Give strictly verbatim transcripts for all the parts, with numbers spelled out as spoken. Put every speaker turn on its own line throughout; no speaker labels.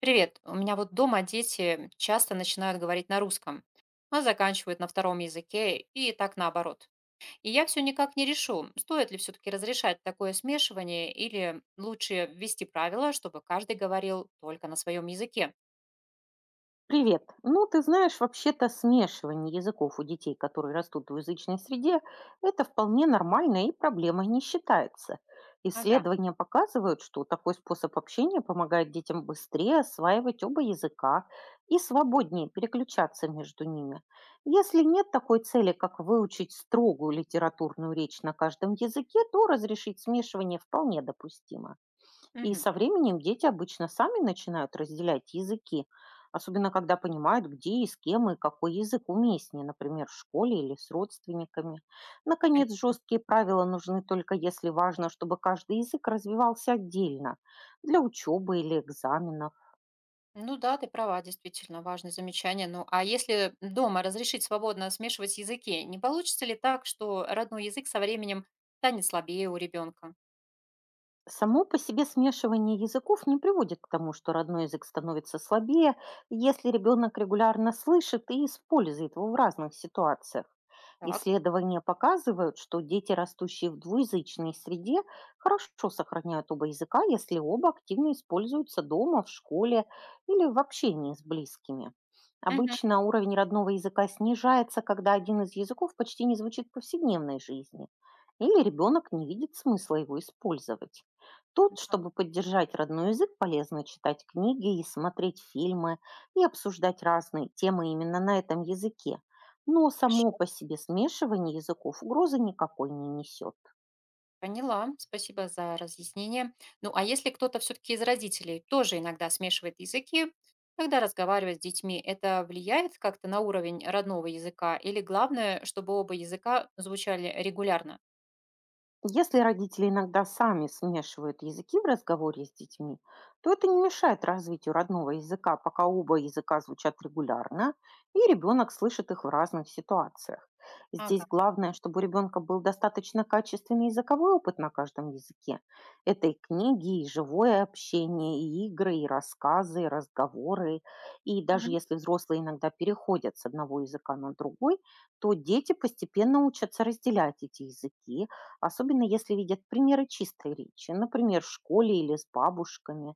Привет. У меня вот дома дети часто начинают говорить на русском, а заканчивают на втором языке и так наоборот. И я все никак не решу, стоит ли все-таки разрешать такое смешивание или лучше ввести правила, чтобы каждый говорил только на своем языке.
Привет. Ну, ты знаешь, вообще-то смешивание языков у детей, которые растут в язычной среде, это вполне нормально и проблемой не считается.
Ага.
Исследования показывают, что такой способ общения помогает детям быстрее осваивать оба языка и свободнее переключаться между ними. Если нет такой цели, как выучить строгую литературную речь на каждом языке, то разрешить смешивание вполне допустимо. И
Мгм.
со временем дети обычно сами начинают разделять языки, особенно когда понимают, где и с кем и какой язык уместнее, например, в школе или с родственниками. Наконец,
Конечно.
жесткие правила нужны только если важно, чтобы каждый язык развивался отдельно, для учебы или экзаменов.
Ну да, ты права, действительно, важное замечание. Ну а если дома разрешить свободно смешивать языки, не получится ли так, что родной язык со временем станет слабее у ребенка?
Само по себе смешивание языков не приводит к тому, что родной язык становится слабее, если ребенок регулярно слышит и использует его в разных ситуациях.
Так.
Исследования показывают, что дети, растущие в двуязычной среде, хорошо сохраняют оба языка, если оба активно используются дома, в школе или в общении с близкими.
Мгм.
Обычно уровень родного языка снижается, когда один из языков почти не звучит в повседневной жизни, или ребенок не видит смысла его использовать. Тут,
Да.
чтобы поддержать родной язык, полезно читать книги и смотреть фильмы, и обсуждать разные темы именно на этом языке. Но само
Хорошо.
по себе смешивание языков угрозы никакой не несет.
Поняла, спасибо за разъяснение. Ну, а если кто-то все-таки из родителей тоже иногда смешивает языки, когда разговаривать с детьми, это влияет как-то на уровень родного языка? Или главное, чтобы оба языка звучали регулярно?
Если родители иногда сами смешивают языки в разговоре с детьми, то это не мешает развитию родного языка, пока оба языка звучат регулярно, и ребенок слышит их в разных ситуациях.
Ага.
Здесь главное, чтобы у ребенка был достаточно качественный языковой опыт на каждом языке. Это и книги, и живое общение, и игры, и рассказы, и разговоры. И даже
Мгм.
если взрослые иногда переходят с одного языка на другой, то дети постепенно учатся разделять эти языки, особенно если видят примеры чистой речи, например, в школе или с бабушками.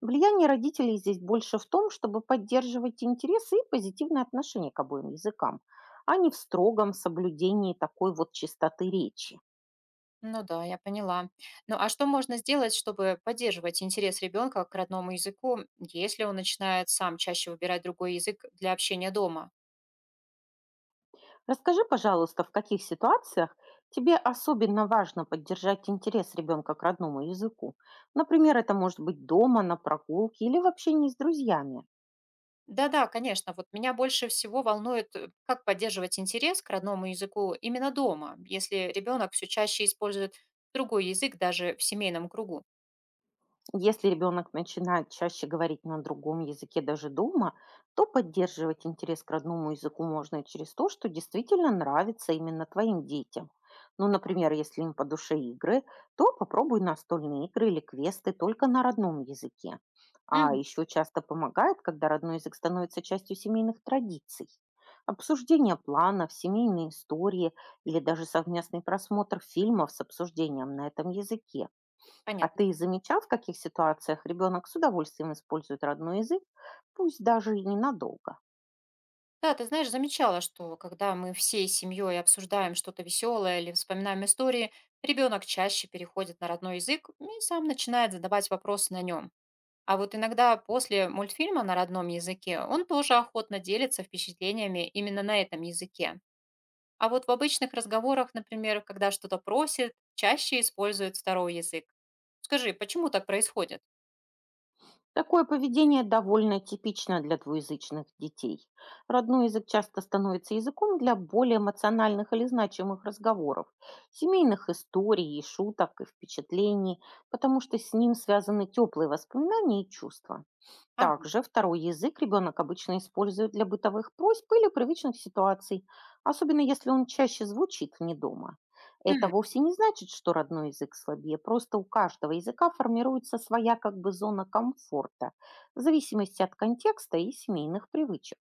Влияние родителей здесь больше в том, чтобы поддерживать интересы и позитивное отношение к обоим языкам, а не в строгом соблюдении такой вот чистоты речи.
Ну да, я поняла. Ну а что можно сделать, чтобы поддерживать интерес ребенка к родному языку, если он начинает сам чаще выбирать другой язык для общения дома?
Расскажи, пожалуйста, в каких ситуациях тебе особенно важно поддержать интерес ребенка к родному языку? Например, это может быть дома, на прогулке или в общении с друзьями.
Да-да, конечно. Вот меня больше всего волнует, э, как поддерживать интерес к родному языку именно дома, если ребенок все чаще использует другой язык даже в семейном кругу.
Если ребенок начинает чаще говорить на другом языке даже дома, то поддерживать интерес к родному языку можно через то, что действительно нравится именно твоим детям. Ну, например, если им по душе игры, то попробуй настольные игры или квесты только на родном языке. А
Мгм.
еще часто помогает, когда родной язык становится частью семейных традиций. Обсуждение планов, семейные истории или даже совместный просмотр фильмов с обсуждением на этом языке. А
Понятно.
ты замечал, в каких ситуациях ребенок с удовольствием использует родной язык, пусть даже и ненадолго?
Да, ты знаешь, замечала, что когда мы всей семьей обсуждаем что-то веселое или вспоминаем истории, ребенок чаще переходит на родной язык и сам начинает задавать вопросы на нем. А вот иногда после мультфильма на родном языке он тоже охотно делится впечатлениями именно на этом языке. А вот в обычных разговорах, например, когда что-то просят, чаще используют второй язык. Скажи, почему так происходит?
Такое поведение довольно типично для двуязычных детей. Родной язык часто становится языком для более эмоциональных или значимых разговоров, семейных историй и шуток и впечатлений, потому что с ним связаны теплые воспоминания и чувства.
Ага,
Также второй язык ребенок обычно использует для бытовых просьб или привычных ситуаций, особенно если он чаще звучит вне дома. Это
м,
вовсе не значит, что родной язык слабее, просто у каждого языка формируется своя как бы зона комфорта, в зависимости от контекста и семейных привычек.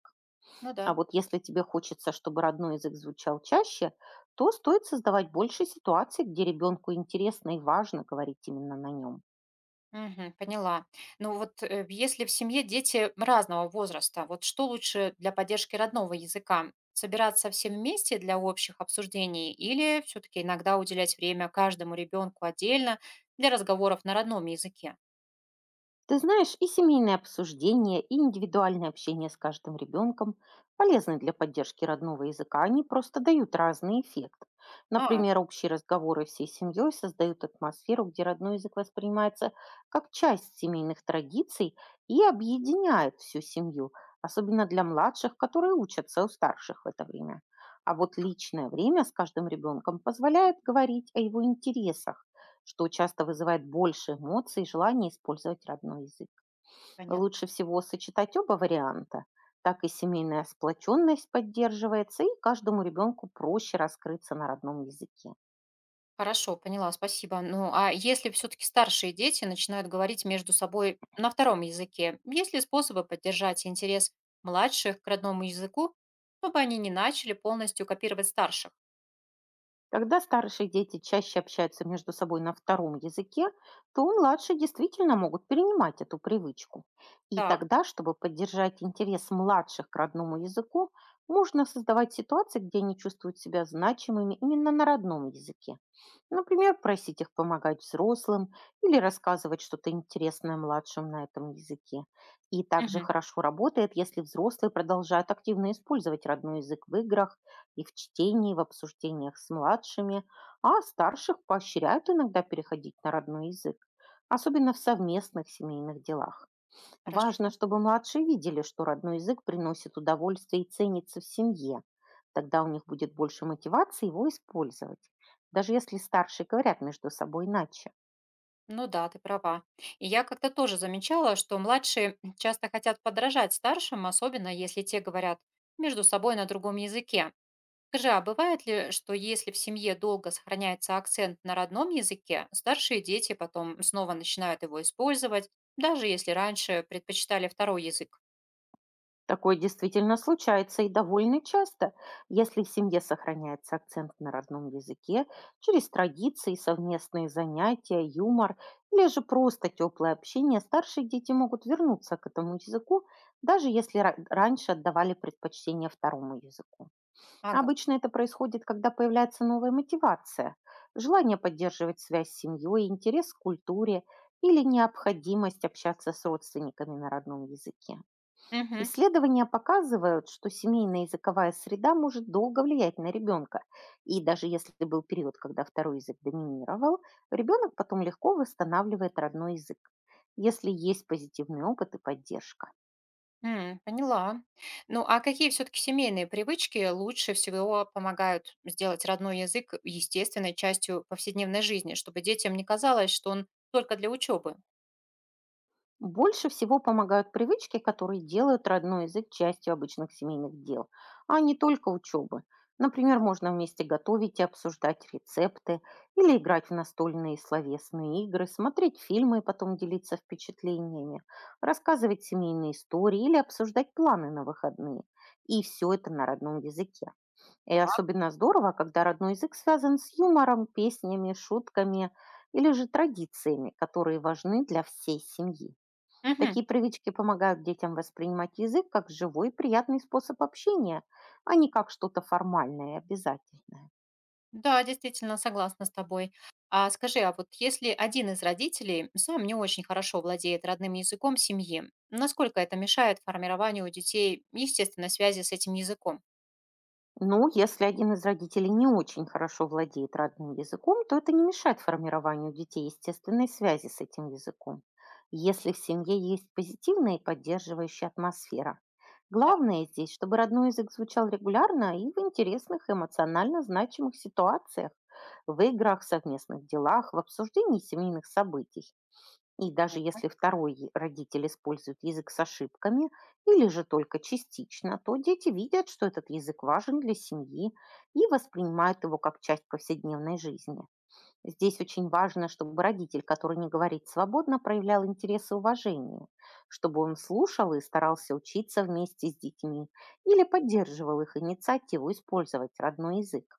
ну
А
да.
вот если тебе хочется, чтобы родной язык звучал чаще, то стоит создавать больше ситуаций, где ребенку интересно и важно говорить именно на нем.
Мгм, поняла. Ну вот э, если в семье дети разного возраста, вот что лучше для поддержки родного языка? Собираться все вместе для общих обсуждений или все-таки иногда уделять время каждому ребенку отдельно для разговоров на родном языке?
Ты знаешь, и семейные обсуждения, и индивидуальное общение с каждым ребенком полезны для поддержки родного языка. Они просто дают разный эффект.
А,
Например, общие разговоры всей семьей создают атмосферу, где родной язык воспринимается как часть семейных традиций и объединяет всю семью, особенно для младших, которые учатся у старших в это время. А вот личное время с каждым ребенком позволяет говорить о его интересах, что часто вызывает больше эмоций и желание использовать родной язык.
понятно.
Лучше всего сочетать оба варианта. Так и семейная сплоченность поддерживается, и каждому ребенку проще раскрыться на родном языке.
Хорошо, поняла, спасибо. Ну, а если все-таки старшие дети начинают говорить между собой на втором языке, есть ли способы поддержать интерес младших к родному языку, чтобы они не начали полностью копировать старших?
Когда старшие дети чаще общаются между собой на втором языке, то младшие действительно могут перенимать эту привычку. И
Так,
тогда, чтобы поддержать интерес младших к родному языку, можно создавать ситуации, где они чувствуют себя значимыми именно на родном языке. Например, просить их помогать взрослым или рассказывать что-то интересное младшим на этом языке. И также
мгм,
хорошо работает, если взрослые продолжают активно использовать родной язык в играх, и в чтении, и в обсуждениях с младшими, а старших поощряют иногда переходить на родной язык, особенно в совместных семейных делах.
хорошо.
Важно, чтобы младшие видели, что родной язык приносит удовольствие и ценится в семье. Тогда у них будет больше мотивации его использовать, даже если старшие говорят между собой иначе.
Ну да, ты права. И я как-то тоже замечала, что младшие часто хотят подражать старшим, особенно если те говорят между собой на другом языке. Скажи, а бывает ли, что если в семье долго сохраняется акцент на родном языке, старшие дети потом снова начинают его использовать, даже если раньше предпочитали второй язык?
Такое действительно случается и довольно часто, если в семье сохраняется акцент на родном языке через традиции, совместные занятия, юмор или же просто теплое общение, старшие дети могут вернуться к этому языку, даже если ра- раньше отдавали предпочтение второму языку.
Ага.
Обычно это происходит, когда появляется новая мотивация, желание поддерживать связь с семьей, интерес к культуре или необходимость общаться с родственниками на родном языке.
Мгм.
Исследования показывают, что семейная языковая среда может долго влиять на ребенка. И даже если был период, когда второй язык доминировал, ребенок потом легко восстанавливает родной язык, если есть позитивный опыт и поддержка.
М, поняла. Ну, а какие все-таки семейные привычки лучше всего помогают сделать родной язык естественной частью повседневной жизни, чтобы детям не казалось, что он только для учебы?
Больше всего помогают привычки, которые делают родной язык частью обычных семейных дел, а не только учебы. Например,
Так.
можно вместе готовить и обсуждать рецепты, или играть в настольные словесные игры, смотреть фильмы и потом делиться впечатлениями, рассказывать семейные истории или обсуждать планы на выходные. И все это на родном языке. И
Так.
особенно здорово, когда родной язык связан с юмором, песнями, шутками или же традициями, которые важны для всей семьи.
Мгм.
Такие привычки помогают детям воспринимать язык как живой и приятный способ общения, а не как что-то формальное и обязательное.
Да, действительно, согласна с тобой. А скажи, а вот если один из родителей сам не очень хорошо владеет родным языком семьи, насколько это мешает формированию у детей естественной связи с этим языком?
Ну, если один из родителей не очень хорошо владеет родным языком, то это не мешает формированию детей естественной связи с этим языком, если в семье есть позитивная и поддерживающая атмосфера.
Да,
Главное здесь, чтобы родной язык звучал регулярно и в интересных, эмоционально значимых ситуациях, в играх, совместных делах, в обсуждении семейных событий. И даже
конечно,
если второй е- родитель использует язык с ошибками или же только частично, то дети видят, что этот язык важен для семьи и воспринимают его как часть повседневной жизни. Здесь очень важно, чтобы родитель, который не говорит свободно, проявлял интерес и уважение, чтобы он слушал и старался учиться вместе с детьми или поддерживал их инициативу использовать родной язык.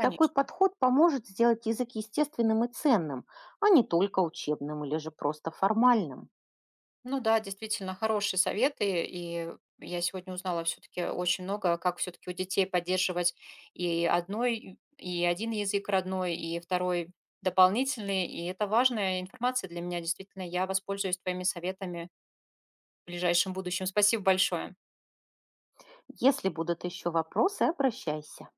Такой подход поможет сделать язык естественным и ценным, а не только учебным или же просто формальным.
Ну да, действительно, хорошие советы, и я сегодня узнала все-таки очень много, как все-таки у детей поддерживать и одной, и один язык родной, и второй дополнительный, и это важная информация для меня, действительно, я воспользуюсь твоими советами в ближайшем будущем. Спасибо большое.
Если будут еще вопросы, обращайся.